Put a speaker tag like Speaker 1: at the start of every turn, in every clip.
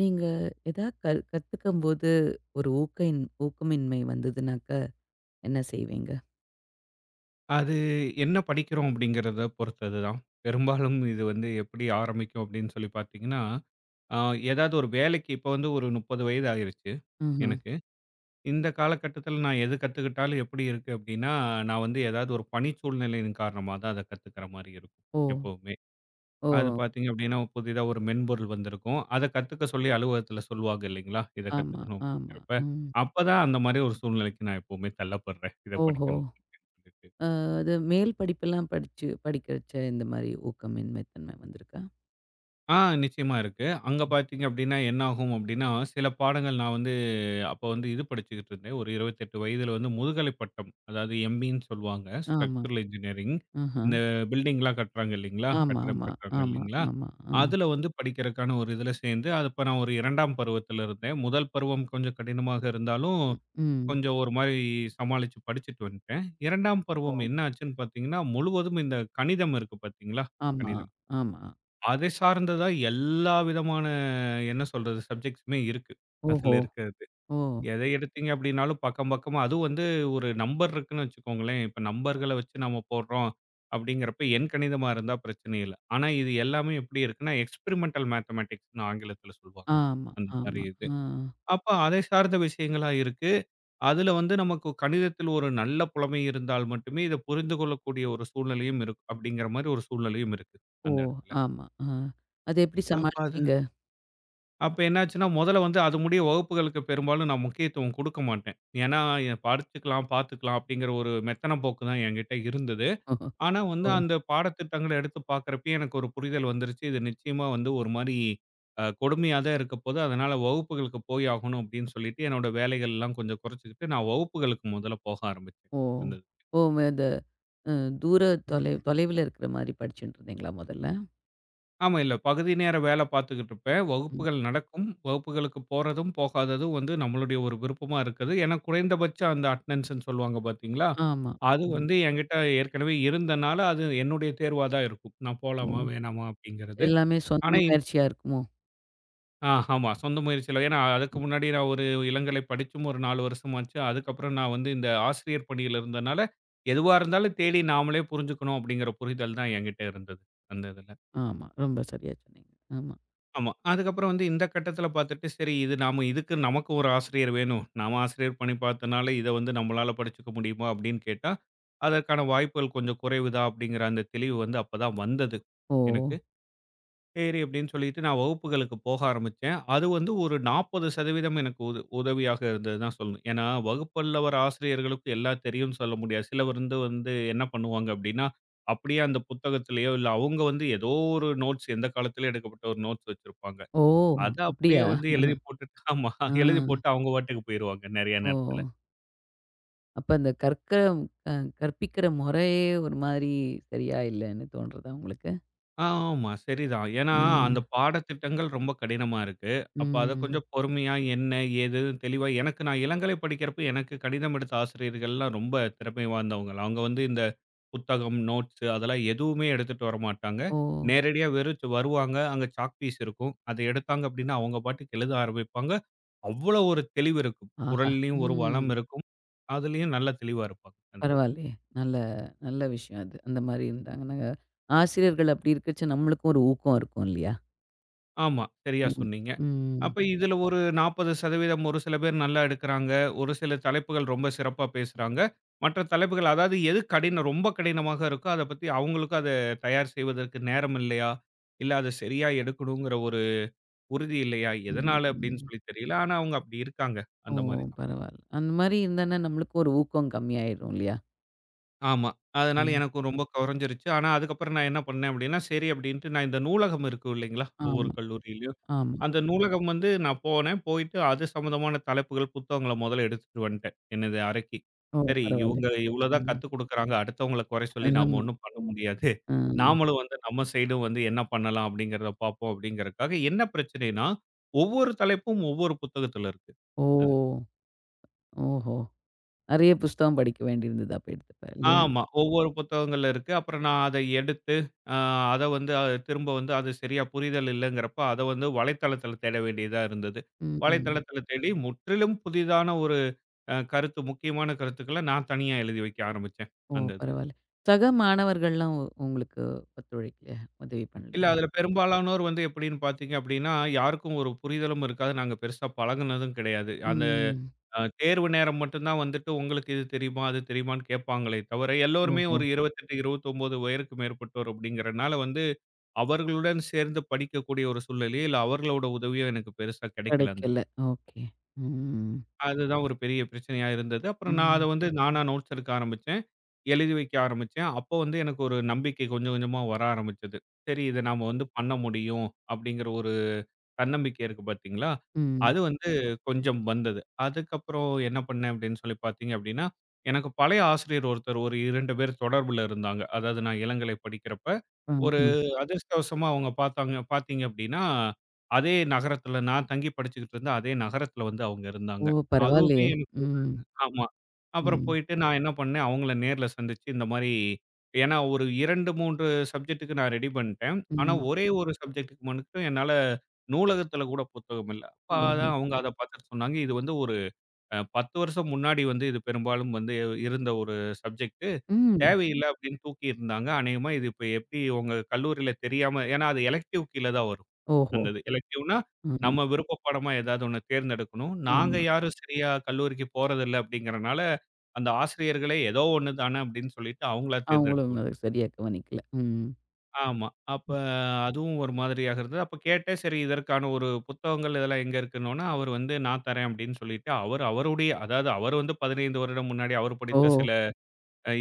Speaker 1: நீங்க ஏதாவது கத்துக்கும்போது ஒரு ஊக்கமின்மை வந்ததுனாக்க என்ன செய்வீங்க?
Speaker 2: அது என்ன படிக்கிறோம் அப்படிங்கிறத பொறுத்தது தான். பெரும்பாலும் இது வந்து எப்படி ஆரம்பிக்கும் அப்படின்னு சொல்லி பார்த்தீங்கன்னா, அ ஏதாவது ஒரு வேலைக்கு இப்போ வந்து ஒரு 30 வயது ஆயிருச்சு
Speaker 1: ம்ஹ்ம்.
Speaker 2: எனக்கு. இந்த காலகட்டத்தில நான் எது கத்துக்கிட்டாலும் எப்படி இருக்கு அப்படின்னா, நான் வந்து ஏதாவது ஒரு பணி சூழ்நிலையின் காரணமா தான் அத கத்துக்கிற மாரி இருக்கும்
Speaker 1: ஓ!
Speaker 2: எப்பவுமே.
Speaker 1: ஓ!
Speaker 2: அது பார்த்தீங்க அப்படின்னா, புதிதா ஒரு மென்பொருள் வந்திருக்கும். அத கத்துக்க சொல்லி அலுவலகத்தில சொல்லுவாங்க இல்லைங்களா? இத
Speaker 1: ஆமா,
Speaker 2: கத்துக்கணும்
Speaker 1: ஆமா.
Speaker 2: அப்படிங்கிறப்ப,
Speaker 1: ம்.
Speaker 2: அப்பதான் அந்த மாரி ஒரு சூழ்நிலைக்கு நான் எப்பவுமே தள்ளப்படுறேன். இத
Speaker 1: ஓஹோ!
Speaker 2: படிக்கணும் அப்படின்னு சொல்லிட்டு.
Speaker 1: அ அது மேல் படிப்பெல்லாம் படிச்சு படிக்கிறச்ச இந்த மாரி ஊக்கமின்மை தன்மை வந்திருக்கா?
Speaker 2: ஆ, நிச்சயமா இருக்கு. அங்க
Speaker 1: ம்.
Speaker 2: பார்த்தீங்க அப்டின்னா, என்ன ஆகும் அப்டின்னா, சில பாடங்கள் நான் வந்து அப்போ வந்து இது படிச்சுக்கிட்டு இருந்தேன். ஒரு 28 வயதில வந்து முதுகலை பட்டம். அதாவது எம்பின்னு சொல்லுவாங்க.
Speaker 1: ஆமா.
Speaker 2: Structural engineering.
Speaker 1: ஆஹா.
Speaker 2: இந்த பில்டிங்லாம் கட்டுறாங்க இல்லைங்களா?
Speaker 1: ஆமா,
Speaker 2: கட்டிடம்
Speaker 1: ஆமா,
Speaker 2: கட்டுறாங்க
Speaker 1: ஆமா,
Speaker 2: இல்லைங்களா?
Speaker 1: ஆமா, ஆமா.
Speaker 2: அதில வந்து படிக்கிறக்கான ஒரு இதில சேர்ந்து, அது அப்ப நான் ஒரு 2ஆம் பருவத்தில இருந்தேன். முதல் பருவம் கொஞ்சம் கடினமாக இருந்தாலும்,
Speaker 1: ம், ம்.
Speaker 2: கொஞ்சம் ஒரு மாரி சமாளிச்சு படிச்சுட்டு வந்துட்டேன். 2ஆம் பருவம்
Speaker 1: ஓ!
Speaker 2: என்ன ஆச்சுன்னு பார்த்தீங்கன்னா, முழுவதும் இந்த கணிதம் இருக்கு பார்த்தீங்களா?
Speaker 1: ஆமா,
Speaker 2: கணிதம்.
Speaker 1: ஆமா.
Speaker 2: அதை சார்ந்ததா எல்லா விதமான என்ன சொல்றது சப்ஜெக்ட்ஸுமே இருக்கு.
Speaker 1: ஓஹோ!
Speaker 2: அதுல இருக்கிறது.
Speaker 1: ஓ!
Speaker 2: எதை எடுத்தீங்க அப்படின்னாலும் பக்கம் பக்கமா அதுவும் வந்து ஒரு நம்பர் இருக்குன்னு வச்சுக்கோங்களேன். இப்ப நம்பர்கள வச்சு நம்ம போடுறோம் அப்படிங்கிறப்ப எண் கணிதமா இருந்தா பிரச்சனை இல்ல. ஆனா இது எல்லாமே எப்படி இருக்குன்னா, எக்ஸ்பெரிமென்டல் மேத்தமேட்டிக்ஸ்ன்னு ஆங்கிலத்துல சொல்வாங்க.
Speaker 1: ஆமா,
Speaker 2: அந்த மாரி
Speaker 1: ஆமா.
Speaker 2: இது.
Speaker 1: ஆ.
Speaker 2: அப்ப அதை சார்ந்த விஷயங்களா இருக்கு. அதுல வந்து நமக்கு கணிதத்தில் ஒரு நல்ல புலமை இருந்தால் மட்டுமே இத புரிந்து கொள்ளக்கூடிய ஒரு சூழ்நிலையும் இருக்கும். அப்படிங்கிற மாரி ஒரு சூழ்நிலையும் இருக்கு
Speaker 1: ஓ!
Speaker 2: அந்த இடத்துல.
Speaker 1: ஆமா. ஆ. அத எப்படி
Speaker 2: அப்ப அது
Speaker 1: சமாளிச்சீங்க?
Speaker 2: அப்ப என்னாச்சுன்னா, முதல்ல வந்து அது முடிய வகுப்புகளுக்கு பெரும்பாலும் நான் முக்கியத்துவம் குடுக்க மாட்டேன். ஏன்னா, படிச்சுக்கலாம், பார்த்துக்கலாம் அப்படிங்கிற ஒரு மெத்தன போக்கு தான் என்கிட்ட இருந்தது. ஆனா
Speaker 1: ஓ!
Speaker 2: வந்து அந்த பாடத்திட்டங்கள எடுத்து பார்க்கிறப்பயே எனக்கு ஒரு புரிதல் வந்துருச்சு. இது நிச்சயமா வந்து ஒரு மாரி கொடுமையா தான் இருக்கப்போது. அதனால வகுப்புகளுக்கு போய் ஆகணும் அப்படின்னு சொல்லிட்டு, என்னோட வேலைகள்லாம் கொஞ்சம் குறைச்சுக்கிட்டு நான் வகுப்புகளுக்கு முதல்ல போக ஆரம்பிச்சேன்.
Speaker 1: ஓ!
Speaker 2: அந்த
Speaker 1: ஓ! இந்த அ தூர தொலைவுல இருக்கிற மாரி படிச்சுட்டு இருந்தீங்களா மொதல்ல?
Speaker 2: ஆமா. இல்ல. பகுதி நேர வேல பார்த்துக்கிட்டு இருப்பேன்.
Speaker 1: ம்.
Speaker 2: வகுப்புகள் நடக்கும். வகுப்புகளுக்கு போறதும், போகாததும் வந்து நம்மளுடைய ஒரு விருப்பமா இருக்குது. ஏன்னா குறைந்தபட்ச அந்த அட்டெண்டன்ஸ்ன்னு சொல்லுவாங்க பார்த்தீங்களா?
Speaker 1: ஆமா.
Speaker 2: அது
Speaker 1: ம்.
Speaker 2: வந்து என்கிட்ட ஏற்கனவே இருந்தனால, அது என்னுடைய தேர்வா தான் இருக்கும். நான்
Speaker 1: ஓ!
Speaker 2: போலாமா? வேணாமா? அப்படிங்கிறது.
Speaker 1: எல்லாமே சொந்த
Speaker 2: ஆனா இந்
Speaker 1: முயற்சியா இருக்குமோ?
Speaker 2: ஆ, ஆமா. சொந்த முயற்சியில ஏன்னா அதுக்கு
Speaker 1: ம்.
Speaker 2: முன்னாடி நான் ஒரு இளங்கலை படிச்சும் ஒரு 4 வருஷமாச்சு. அதுக்கப்புறம் நான் வந்து இந்த ஆசிரியர் பணியில இருந்தனால, எதுவா இருந்தாலும் தேடி நாமளே புரிஞ்சுக்கணும் அப்படிங்கிற புரிதல் தான் என்கிட்ட இருந்தது. அந்த இதுல.
Speaker 1: ஆமா. ரொம்ப சரியா சொன்னீங்க. ஆமா.
Speaker 2: ஆமா. அதுக்கப்புறம் வந்து இந்த கட்டத்தில பார்த்துட்டு, சரி இது நாம இதுக்கு நமக்கு ஒரு ஆசிரியர் வேணும். நாம ஆசிரியர் பணி பார்த்தனால, இத வந்து நம்மளால படிச்சுக்க முடியுமா? அப்படின்னு கேட்டா, அதற்கான வாய்ப்புகள் கொஞ்சம் குறைவுதான் அப்படிங்கிற அந்த தெளிவு வந்து அப்பதான் வந்தது
Speaker 1: ஓ!
Speaker 2: எனக்கு. சரி அப்படின்னு சொல்லிட்டு நான் வகுப்புகளுக்கு போக ஆரம்பிச்சேன். அது வந்து ஒரு 40% எனக்கு உதவியாக இருந்ததுன்னு தான் சொல்லணும். ஏன்னா, வகுப்பல்ல வர ஆசிரியர்களுக்கு எல்லாம் தெரியும்னு சொல்ல முடியாது. சிலர் வந்து வந்து என்ன பண்ணுவாங்க அப்படின்னா, அப்படியே அந்த புத்தகத்திலயோ, இல்ல அவங்க வந்து ஏதோ ஒரு நோட்ஸ் எந்த காலத்திலயும் எடுக்கப்பட்ட ஒரு நோட்ஸ் வச்சிருப்பாங்க.
Speaker 1: ஓ!
Speaker 2: அத அப்படியே
Speaker 1: அப்படியா?
Speaker 2: வந்து எழுதி போட்டுட்டு ஆமா.
Speaker 1: ஆ.
Speaker 2: எழுதி போட்டு அவங்க பாட்டுக்கு போயிருவாங்க நெறைய
Speaker 1: ஓ!
Speaker 2: நேரத்துல.
Speaker 1: அப்ப அந்த கற்க அ கற்பிக்கிற முறையே ஒரு மாதிரி சரியா இல்லன்னு தோன்றதா உங்களுக்கு?
Speaker 2: ஆமா சரிதான். ஏன்னா, அந்த
Speaker 1: ம்.
Speaker 2: பாடத்திட்டங்கள் ரொம்ப கடினமா இருக்கு. அப்ப அத
Speaker 1: ம்.
Speaker 2: கொஞ்சம் பொறுமையா என்ன, ஏதுன்னு தெளிவா எனக்கு நான் இளங்கலை படிக்கிறப்ப எனக்கு கணிதம் எடுத்த ஆசிரியர்கள்லாம் ரொம்ப திறமை வாய்ந்தவங்க. அவங்க வந்து இந்த புத்தகம், நோட்ஸ் அதெல்லாம் எதுவுமே எடுத்துட்டு வரமாட்டாங்க.
Speaker 1: ஓ!
Speaker 2: நேரடியா வெறும் வருவாங்க. அங்க சாக் பீஸ் இருக்கும். அத எடுத்தாங்க அப்படின்னா, அவங்க பாட்டுக்கு எழுத ஆரம்பிப்பாங்க. அவ்வளோ ஒரு தெளிவு இருக்கும்.
Speaker 1: ஆஹா!
Speaker 2: குரல்லயும் ஒரு
Speaker 1: ம்.
Speaker 2: வளம் இருக்கும். அதுலயும் நல்ல தெளிவா இருப்பாங்க.
Speaker 1: பரவாயில்லையே. நல்ல நல்ல விஷயம் அது. அந்த மாரி இருந்தாங்கன்னா, ஆசிரியர்கள் அப்படி இருக்கச்ச நம்மளுக்கும் ஒரு ஊக்கம் இருக்கும் இல்லையா?
Speaker 2: ஆமா. சரியா
Speaker 1: ம்.
Speaker 2: சொன்னீங்க.
Speaker 1: ம்.
Speaker 2: அப்ப இதுல ஒரு 40% ஒரு சில பேர் நல்லா எடுக்குறாங்க. ஒரு சில தலைப்புகள் ரொம்ப சிறப்பா பேசுறாங்க. மற்ற தலைப்புகள் அதாவது எது கடினம் ரொம்ப கடினமாக இருக்கோ, அத பத்தி அவங்களுக்கு அத தயார் செய்வதற்கு நேரம் இல்லையா? இல்ல அத சரியா எடுக்கணுங்கிற ஒரு உறுதி இல்லையா?
Speaker 1: ம்.
Speaker 2: எதனால அப்டின்னு
Speaker 1: ம்.
Speaker 2: சொல்லி தெரியல. ஆனா அவங்க அப்டி இருக்காங்க.
Speaker 1: ஓ!
Speaker 2: அந்த மாரி தான்.
Speaker 1: பரவால்ல. அந்த மாரி இருந்தான்னா நம்மளுக்கும் ஒரு ஊக்கம் கம்மியாயிரும் இல்லையா?
Speaker 2: ஆமா. அதனால
Speaker 1: ம்.
Speaker 2: எனக்கும் ரொம்ப கொறஞ்சிருச்சு. ஆனா அதுக்கப்புறம் நான் என்ன பண்ணேன் அப்டின்னா, சரி அப்டின்ட்டு நான் இந்த நூலகம் இருக்கும் இல்லைங்களா? ஒவ்வொரு
Speaker 1: ஆமா,
Speaker 2: கல்லூரியிலயும்.
Speaker 1: ஆமா.
Speaker 2: அந்த நூலகம் வந்து நான் போனேன். போயிட்டு அது சம்மந்தமான தலைப்புகள், புத்தகங்கள மொதல்ல எடுத்துட்டு வந்துட்டேன். என்னது அறைக்கு.
Speaker 1: ஓ!
Speaker 2: சரி
Speaker 1: பரவால்ல.
Speaker 2: இவங்க இவ்ளோ தான்
Speaker 1: ம்.
Speaker 2: கத்துக் குடுக்குறாங்க. அடுத்தவங்கள குறை சொல்லி நாம
Speaker 1: ஆமா.
Speaker 2: ஒண்ணும் பண்ண முடியாது.
Speaker 1: ம்.
Speaker 2: நாமளும் வந்து நம்ம சைடும் வந்து என்ன பண்ணலாம் அப்படிங்கிறத பார்ப்போம் அப்படிங்கிறதுக்காக, என்ன பிரச்சனைன்னா, ஒவ்வொரு தலைப்பும் ஒவ்வொரு புத்தகத்துல இருக்கு.
Speaker 1: ஓ!
Speaker 2: அது.
Speaker 1: ஓஹோ! நெறைய புஸ்தகம் படிக்க வேண்டியிருந்தது அப்ப எடுத்தப்ப இல்லையா?
Speaker 2: ஆமா. ஒவ்வொரு புத்தகங்கள்ல இருக்கு. அப்புறம் நான் அத எடுத்து, அ அத வந்து திரும்ப வந்து அது சரியா புரிதல் இல்லங்கிறப்ப, அத வந்து வலைத்தளத்துல தேட வேண்டியதா இருந்தது.
Speaker 1: ம். ம்.
Speaker 2: வலைத்தளத்துல தேடி முற்றிலும் புதிதான ஒரு கருத்து முக்கியமான கருத்துக்கள நான் தனியா எழுதி வைக்க ஆரம்பிச்சேன்,
Speaker 1: ஓ!
Speaker 2: அந்த இதுல.
Speaker 1: பரவால்ல. சக மாணவர்கள்லாம் உங்களுக்கு ஒத்துழைக்கலையா? உதவி
Speaker 2: இல்ல
Speaker 1: பண்ணலையா?
Speaker 2: அதுல பெரும்பாலானோர் வந்து எப்படின்னு பார்த்தீங்க அப்படின்னா, யாருக்கும் ஒரு புரிதலும் இருக்காது. நாங்க பெருசா பழகுனதும் கிடையாது. அந்த
Speaker 1: ம்.
Speaker 2: தேர்வு நேரம் மட்டும் தான் வந்துட்டு உங்களுக்கு இது தெரியுமா? அது தெரியுமான்னு கேட்பாங்களே தவிர, எல்லோருமே
Speaker 1: ஓஹோ!
Speaker 2: ஒரு 28, 29 வயதுக்கு மேற்பட்டோர் அப்படிங்கிறனால வந்து அவர்களுடன் சேர்ந்து படிக்கக்கூடிய ஒரு சூழ்நிலையோ, இல்ல அவர்களோட உதவியோ எனக்கு பெருசா கிடைக்கல அந்த
Speaker 1: கிடைக்கல.
Speaker 2: இடத்துல.
Speaker 1: ஓகே. ம்.
Speaker 2: அதுதான் ஒரு பெரிய பிரச்சனையா இருந்தது. அப்புறம் நான் அத
Speaker 1: ம்.
Speaker 2: வந்து நானா நோட்ஸ் எடுக்க ஆரம்பிச்சேன். எழுதி வைக்க ஆரம்பிச்சேன். அப்போ வந்து எனக்கு ஒரு நம்பிக்கை கொஞ்சம் கொஞ்சமா வர ஆரம்பிச்சது. சரி இத நாம வந்து பண்ண முடியும் அப்படிங்கிற ஒரு தன்னம்பிக்கை இருக்கு பார்த்தீங்களா?
Speaker 1: ம்.
Speaker 2: அது வந்து கொஞ்சம் வந்தது. அதுக்கப்புறம் என்ன பண்ணேன் அப்படின்னு சொல்லி பார்த்தீங்க அப்படின்னா, எனக்கு பழைய ஆசிரியர் ஒருத்தர் ஒரு 2 பேர் தொடர்புல இருந்தாங்க. அதாவது நான் இளங்கலை படிக்கிறப்ப. ஒரு
Speaker 1: ம்ஹ்ம்.
Speaker 2: அதிர்ஷ்டவசமா அவங்க பார்த்தாங்க பார்த்தீங்க அப்படின்னா, அதே நகரத்தில நான் தங்கி படிச்சுக்கிட்டு இருந்த அதே நகரத்தில வந்து அவங்க இருந்தாங்க.
Speaker 1: ஓ!
Speaker 2: அதுவுமே
Speaker 1: பரவாயில்லையே! ம்.
Speaker 2: ஆமா. அப்புறம்
Speaker 1: ம்.
Speaker 2: போயிட்டு நான் என்ன பண்ணேன், அவங்கள நேர்ல சந்திச்சு இந்த மாரி ஏன்னா ஒரு 2, 3 சப்ஜெக்ட்டுக்கு நான் ரெடி பண்ணிட்டேன். ஆனா
Speaker 1: ம்.
Speaker 2: ஒரே ஒரு சப்ஜெக்ட்டுக்கு மட்டும் என்னால நூலகத்துல கூட புத்தகம் இல்ல. அப்ப
Speaker 1: ஓஹோ!
Speaker 2: அதான் அவங்க அத பார்த்துட்டு சொன்னாங்க. இது வந்து ஒரு 10 வருஷம் முன்னாடி வந்து இது பெரும்பாலும் வந்து இருந்த ஒரு சப்ஜெக்ட்.
Speaker 1: ம்.
Speaker 2: தேவையில்ல அப்படின்னு தூக்கி இருந்தாங்க. அநேகமா இது இப்ப எப்படி உங்க கல்லூரியில தெரியாம ஏன்னா அது எலக்டிவ் கீழ தான் வரும்.
Speaker 1: ஓஹோ!
Speaker 2: அந்த இது எலக்டிவ்னா
Speaker 1: ம்.
Speaker 2: நம்ம விருப்ப பாடமா ஏதாவது ஒண்ணு தேர்ந்தெடுக்கணும். நாங்க
Speaker 1: ஆமா.
Speaker 2: யாரும் சரியா கல்லூரிக்கு போறதில்ல அப்படிங்கிறனால, அந்த ஆசிரியர்களே ஏதோ ஒண்ணு தானே அப்படின்னு சொல்லிட்டு அவங்களா தேர்ந்தெடுத்து
Speaker 1: அவங்களும் அத சரியா கவனிக்கல. ம்.
Speaker 2: ஆமா. அப்ப அதுவும் ஒரு மாதிரியாக இருந்தது. அப்ப கேட்டேன் சரி இதற்கான ஒரு புத்தகங்கள் இதெல்லாம் எங்க இருக்குன்னோன, அவர் வந்து நான் தரேன் அப்படின்னு சொல்லிட்டு அவர் அவருடைய அதாவது அவர் வந்து 15 வருடம் முன்னாடி அவர்
Speaker 1: ஓ!
Speaker 2: படித்த சில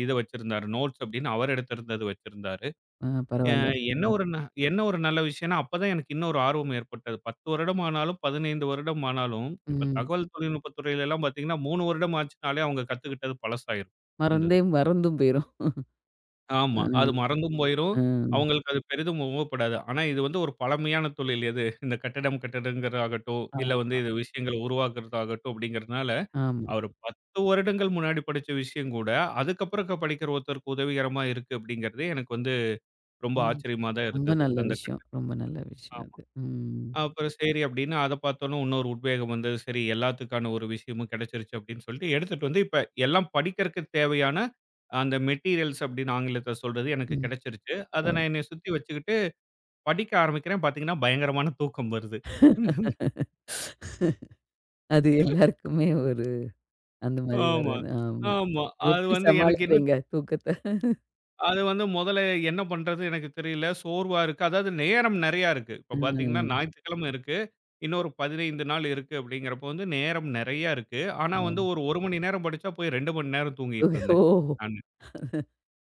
Speaker 2: இத வச்சிருந்தாரு. நோட்ஸ் அப்படின்னு அவர் எடுத்திருந்தது வச்சிருந்தாரு. அ
Speaker 1: பரவால்ல.
Speaker 2: என்ன ஒரு ந என்ன ஒரு நல்ல விஷயம்னா, அப்பதான் எனக்கு இன்னும் ஒரு ஆர்வம் ஏற்பட்டது. 10 வருடம் ஆனாலும், 15 வருடம் ஆனாலும், இப்ப
Speaker 1: ம்.
Speaker 2: தகவல் தொழில்நுட்பத் துறையிலலாம் பார்த்தீங்கன்னா, 3 வருடம் ஆச்சுனாலே அவங்க கத்துக்கிட்டது பழசாயிரும். அந்த
Speaker 1: மறந்தே
Speaker 2: இது.
Speaker 1: மறந்தும் போயிரும். அ,
Speaker 2: ஆமா. அது மறந்தும் போயிரும்.
Speaker 1: அ.
Speaker 2: அவங்களுக்கு அது பெரிதும் உபப்படாது. ஆனா இது வந்து ஒரு பழமையான தொழில் எது? இந்த கட்டடம் கட்டுறதுங்கிறதாகட்டும், இல்ல வந்து
Speaker 1: ஆமா,
Speaker 2: இது விஷயங்கள உருவாக்குறதாகட்டும் அப்படிங்கிறதுனால,
Speaker 1: ஆமா.
Speaker 2: அவர் 10 வருடங்கள் முன்னாடி படிச்ச விஷயம் கூட, அதுக்கப்புறம் படிக்கிற ஒருத்தருக்கு உதவிகரமா இருக்கு அப்படிங்கிறது எனக்கு வந்து ரொம்ப
Speaker 1: ம்.
Speaker 2: ஆச்சரியமா தான்
Speaker 1: ரொம்ப
Speaker 2: இருந்தது.
Speaker 1: நல்ல
Speaker 2: அந்த
Speaker 1: விஷயம். ரொம்ப நல்ல விஷயம்
Speaker 2: கட்
Speaker 1: அது. ம்.
Speaker 2: அப்புறம் சரி அப்படின்னு அத பார்த்தோன்னே இன்னொரு உத்வேகம் வந்தது. சரி எல்லாத்துக்கான ஒரு விஷயமும் கிடைச்சிருச்சு அப்படின்னு சொல்லிட்டு எடுத்துட்டு வந்து இப்ப எல்லாம் படிக்கிறக்கு தேவையான அந்த மெட்டீரியல்ஸ் அப்படின்னு ஆங்கிலத்துல சொல்றது எனக்கு
Speaker 1: ம்.
Speaker 2: கிடைச்சிருச்சு. அத நான் என்னைய சுத்தி வச்சுக்கிட்டு படிக்க ஆரம்பிக்கிறேன். பார்த்தீங்கன்னா பயங்கரமான தூக்கம் வருது.
Speaker 1: அது எல்லாருக்குமே ஒரு அந்த மாரி
Speaker 2: ஆமா,
Speaker 1: வருது. ஆமா.
Speaker 2: ஆமா. அது
Speaker 1: எப்படி
Speaker 2: வந்து எனக்கு என்ன
Speaker 1: சமாளிக்கிறீங்க தூக்கத்த?
Speaker 2: அது வந்து முதல்ல என்ன பண்றது எனக்கு தெரியல. சோர்வா இருக்கு. அதாவது நேரம் நெறையா இருக்கு. இப்ப பார்த்தீங்கன்னா,
Speaker 1: ம்.
Speaker 2: ஞாயிற்றுக்கிழமை இருக்கு. இன்னொரு 15 நாள் இருக்கு அப்படிங்கிறப்போ வந்து நேரம் நெறையா இருக்கு. ஆனா
Speaker 1: ஓ.
Speaker 2: வந்து ஒரு 1 மணி நேரம் படிச்சா போய் 2 மணி நேரம் தூங்கிட்டு இருந்தேன்
Speaker 1: ஓ!
Speaker 2: நானு.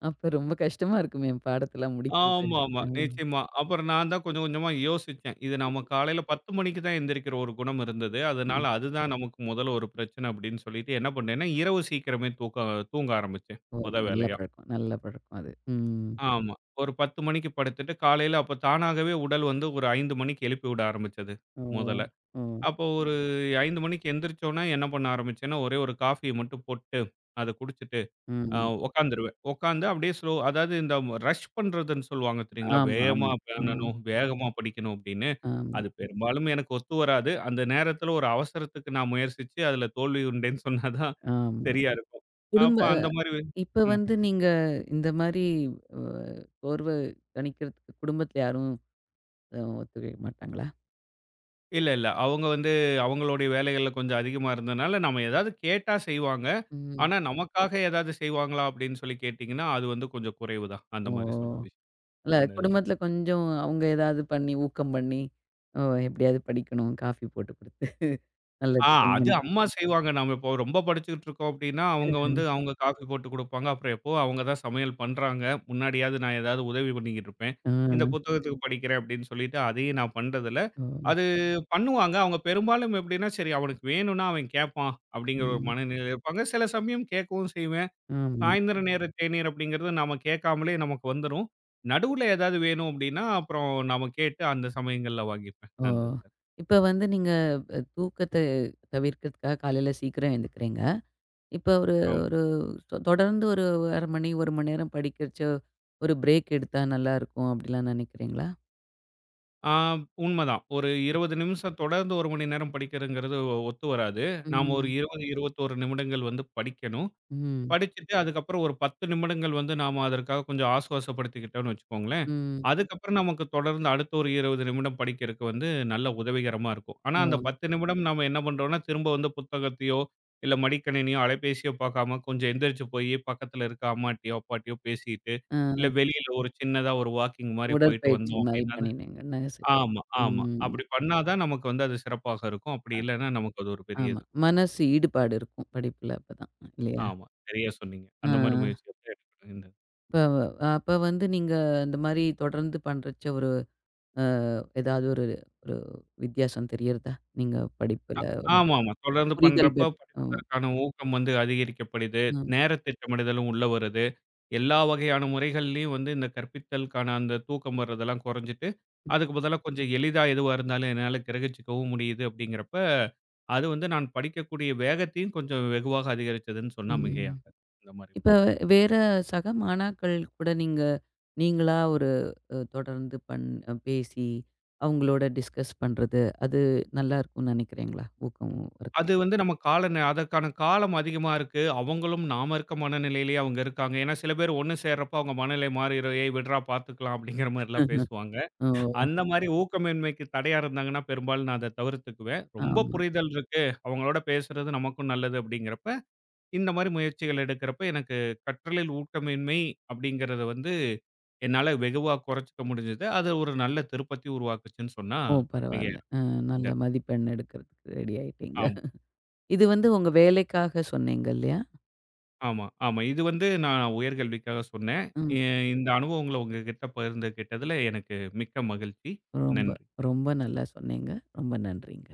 Speaker 1: அப்ப ரொம்ப கஷ்டமா இருக்குமே பாடத்தெல்லாம் முடிக்கிறது.
Speaker 2: ஆமாமா,
Speaker 1: ம்.
Speaker 2: நிச்சயமா. அப்புறம் நான் தான் கொஞ்சம் கொஞ்சமா யோசிச்சேன். இது நம்ம காலையில 10 மணிக்கு தான் எந்திரிக்கிற ஒரு குணம் இருந்தது. அதனால
Speaker 1: ம்.
Speaker 2: அதுதான் நமக்கு முதல்ல ஒரு பிரச்சனை அப்படின்னு சொல்லிட்டு என்ன பண்ணேன்னா, இரவு சீக்கிரமே தூங்க ஆரம்பிச்சேன்
Speaker 1: ஒரு
Speaker 2: மொத
Speaker 1: நல்ல
Speaker 2: வேலையா.
Speaker 1: பழக்கம். நல்ல பழக்கம் அது. ம்.
Speaker 2: ஆமா. ஒரு 10:00 மணிக்கு படுத்துட்டு, காலையில அப்ப தானாகவே உடல் வந்து ஒரு 5:00 மணிக்கு எழுப்பி விட ஆரம்பிச்சது,
Speaker 1: ஓ!
Speaker 2: முதல்ல.
Speaker 1: ஓ!
Speaker 2: அப்போ ஒரு 5:00 மணிக்கு எந்திரிச்சோனே என்ன பண்ண ஆரம்பிச்சேன்னா, ஒரே ஒரு காஃபிய மட்டும் போட்டு, அத குடிச்சிட்டு அ
Speaker 1: ம்.
Speaker 2: உட்காந்துருவேன். உட்காந்து அப்படியே ஸ்லோ அதாவது இந்த ரஷ் பண்றதுன்னு சொல்லுவாங்க தெரியுங்களா?
Speaker 1: ஆமா,
Speaker 2: வேகமா
Speaker 1: ஆமா. ம்.
Speaker 2: பண்ணணும், வேகமா படிக்கணும் அப்படின்னு.
Speaker 1: ஆமா,
Speaker 2: அது பெரும்பாலும் எனக்கு ஒத்து வராது. அந்த நேரத்துல ஒரு அவசரத்துக்கு நான் முயற்சிச்சு, அதுல தோல்வி உண்டேன்னு சொன்னா தான்
Speaker 1: ஆமா.
Speaker 2: சரியா இருக்கும்.
Speaker 1: குடும்ப
Speaker 2: அப்ப அந்த மாரி
Speaker 1: இப்ப
Speaker 2: ம்.
Speaker 1: வந்து நீங்க இந்த மாரி அ சோர்வ தணிக்கிறதுக்கு குடும்பத்தில யாரும் ஒத்துழைக்க மாட்டாங்களா?
Speaker 2: இல்ல, இல்ல. அவங்க வந்து அவங்களுடைய வேலைகள்ல கொஞ்சம் அதிகமா இருந்தனால, நம்ம ஏதாவது கேட்டா செய்வாங்க.
Speaker 1: ம்.
Speaker 2: ஆனா, நமக்காக ஏதாவது செய்வாங்களா அப்படின்னு சொல்லி கேட்டீங்கன்னா, அது வந்து கொஞ்சம் குறைவு தான்.
Speaker 1: ஓ!
Speaker 2: அந்த மாரி சொல்ற விஷயம்.
Speaker 1: இல்ல
Speaker 2: அந்த இதுல.
Speaker 1: குடும்பத்துல கொஞ்சம் அவங்க ஏதாவது பண்ணி, ஊக்கம் பண்ணி, ஓ, எப்படியாவது படிக்கணும். காஃபி போட்டு குடுத்து, நல்ல
Speaker 2: ஆ
Speaker 1: டிஃபன்
Speaker 2: அது
Speaker 1: பண்ணி குடுத்து.
Speaker 2: அம்மா செய்வாங்க. நம்ம இப்போ ரொம்ப படிச்சுக்கிட்டு இருக்கோம் அப்படின்னா, அவங்க வந்து அவங்க காஃபி போட்டு குடுப்பாங்க. அப்புறம் எப்போ அவங்க தான் சமையல் பண்றாங்க. முன்னாடியாவது நான் ஏதாவது உதவி பண்ணிக்கிட்டு இருப்பேன்.
Speaker 1: ஆ,
Speaker 2: இந்த புத்தகத்துக்கு படிக்கிறேன் அப்படின்னு சொல்லிட்டு, அதையும் நான் பண்றதில்ல.
Speaker 1: ஓ,
Speaker 2: அது பண்ணுவாங்க. அவங்க பெரும்பாலும் எப்படின்னா, சரி அவனுக்கு வேணும்னா அவன் கேட்பான் அப்படிங்கிற ஒரு
Speaker 1: ம்.
Speaker 2: மனநிலையில இருப்பாங்க. சில சமயம் கேட்கவும் செய்வேன்.
Speaker 1: ஆமா.
Speaker 2: சாயந்தர நேர தேநீர் அப்படிங்கிறது நாம கேட்காமலே நமக்கு வந்துரும். நடுவுல ஏதாவது வேணும் அப்படின்னா, அப்புறம் நாம கேட்டு அந்த சமயங்கள்ல வாங்கிப்பேன்.
Speaker 1: ஓ!
Speaker 2: அந்த இதுல.
Speaker 1: இப்ப வந்து நீங்க தூக்கத்த தவிர்க்கிறதுக்காக காலையில சீக்கிரம் எழுந்துக்கிறீங்க. இப்ப ஒரு
Speaker 2: ஆமா.
Speaker 1: ஒரு தொடர்ந்து ஒரு 1/2 மணி, 1 மணி நேரம் படிக்கிறச்ச ஒரு பிரேக் எடுத்தா நல்லாருக்கும் அப்படிலாம் நினைக்கிறீங்களா?
Speaker 2: ஆ உண்மதான். ஒரு
Speaker 1: ம்.
Speaker 2: 20 நிமிஷம் தொடர்ந்து 1 மணி நேரம் படிக்கிறதுங்கிறது ஒத்து வராது. நாம ஒரு
Speaker 1: ம்.
Speaker 2: 20, 21 நிமிடங்கள் வந்து படிக்கணும்.
Speaker 1: ம்.
Speaker 2: படிச்சுட்டு அதுக்கப்புறம் ஒரு 10 நிமிடங்கள் வந்து நாம அதற்காக கொஞ்சம் ஆசுவாசப்படுத்திக்கிட்டோம்னு வச்சுக்கோங்களேன்.
Speaker 1: ம்.
Speaker 2: அதுக்கப்புறம் நமக்கு தொடர்ந்து அடுத்த ஒரு 20 நிமிடம் படிக்கிறக்கு வந்து நல்ல உதவிகரமா இருக்கும். ஆனா அந்த
Speaker 1: ஓ!
Speaker 2: 10 நிமிடம் நாம என்ன பண்றோம்னா, திரும்ப வந்து புத்தகத்தையோ, இல்ல மடிக்கணினியோ, அலைபேசியோ பார்க்காம கொஞ்சம் எந்திரிச்சு போயி பக்கத்துல இருக்க அம்மாட்டயோ, அப்பாட்டயோ பேசிட்டு,
Speaker 1: ஆ.
Speaker 2: இல்ல வெளியில ஒரு சின்னதா ஒரு வாக்கிங் மாரி போயிட்டு
Speaker 1: உடற்பயிற்சி
Speaker 2: வந்தோம்
Speaker 1: மாரி
Speaker 2: அப்படின்னா தான்
Speaker 1: பண்ணினீங்கன்னா சரியா.
Speaker 2: ஆமா, ஆமா.
Speaker 1: ம்.
Speaker 2: அப்படி பண்ணா தான் நமக்கு வந்து அது சிறப்பாக இருக்கும். அப்படி இல்லன்னா நமக்கு அது ஒரு பெரிய
Speaker 1: ஆமா.
Speaker 2: இது.
Speaker 1: மனசு ஈடுபாடு இருக்கும் படிப்புல அப்பதான். இல்லையா?
Speaker 2: ஆமா. சரியா சொன்னீங்க.
Speaker 1: ஆ.
Speaker 2: அந்த மாரி முயற்சி எடுக்கணும்.
Speaker 1: இப்ப வந்து நீங்க இந்த மாரி தொடர்ந்து பண்றச்ச ஒரு அ ஏதாவது ஒரு ஒரு வித்தியாசம் தெரியறதா? நீங்க படிப்புல ஒரு
Speaker 2: ஆமாமா. தொடர்ந்து
Speaker 1: புரிதல்
Speaker 2: பண்றப்ப
Speaker 1: ஆமா.
Speaker 2: படிப்பதற்கான ஊக்கம் வந்து அதிகரிக்கப்படுது.
Speaker 1: ம்.
Speaker 2: நேர திட்டமிடுதலும் உள்ள வருது. எல்லா வகையான முறைகள்லயும் வந்து இந்த கற்பித்தலுக்கான அந்த தூக்கம் வர்றதெல்லாம் குறைஞ்சுட்டு, அதுக்கு பதிலா கொஞ்சம் எளிதா எதுவா இருந்தாலும் என்னால கிரகிச்சுக்கவும் முடியுது அப்படிங்கிறப்ப, அது வந்து நான் படிக்கக்கூடிய வேகத்தையும் கொஞ்சம் வெகுவாக அதிகரிச்சதுன்னு சொன்னா
Speaker 1: ம்.
Speaker 2: மிகையாகாது. இந்த மாரி.
Speaker 1: இப்ப வேற சக மாணாக்கள் கூட நீங்களா ஒரு தொடர்ந்து பேசி அவங்களோட டிஸ்கஸ் பண்றது, அது நல்லா இருக்கும்னு நினைக்கிறீங்களா? ஊக்கம்.
Speaker 2: அது வந்து நம்ம கால நே அதற்கான காலம் அதிகமா இருக்கு. அவங்களும் நாம இருக்க மனநிலையிலேயே அவங்க இருக்காங்க. ஏன்னா சில பேர் ஒண்ணு சேர்றப்ப அவங்க மனநிலை மாறிரும். "ஏய் விட்றா பார்த்துக்கலாம்" அப்படிங்கிற மாரிலாம்
Speaker 1: ஆஹ.
Speaker 2: பேசுவாங்க.
Speaker 1: ஓ!
Speaker 2: அந்த மாரி ஊக்கமின்மைக்கு தடையா இருந்தாங்கன்னா, பெரும்பாலும் நான் அத தவிர்த்துக்குவேன். ரொம்ப
Speaker 1: ஆமா.
Speaker 2: புரிதல் இருக்கு, அவங்களோட பேசுறது நமக்கும் நல்லது அப்படிங்கிறப்ப, இந்த மாரி முயற்சிகள் எடுக்கிறப்ப எனக்கு கற்றலில் ஊக்கமின்மை அப்படிங்கிறத வந்து என்னால வெகுவா குறைச்சுக்க முடிஞ்சது. அது ஒரு நல்ல திருப்பத்தை உருவாக்குச்சுன்னு சொன்னா
Speaker 1: ஓ!
Speaker 2: மிகையா
Speaker 1: பரவால்ல. நல்ல மதிப்பெண் எடுக்கிறதுக்கு ரெடி ஆயிட்டீங்க.
Speaker 2: ஆமா,
Speaker 1: இது வந்து உங்க வேலைக்காக சொன்னீங்க இல்லையா?
Speaker 2: ஆமா. இது வந்து நான் உயர்கல்விக்காக சொன்னேன்.
Speaker 1: ம்.
Speaker 2: இ இந்த அனுபவங்கள உங்ககிட்ட பகிர்ந்துகிட்டதுல எனக்கு மிக்க மகிழ்ச்சி.
Speaker 1: ரொம்ப
Speaker 2: நன்றி.
Speaker 1: ரொம்ப நல்லா சொன்னீங்க. ரொம்ப நன்றிங்க.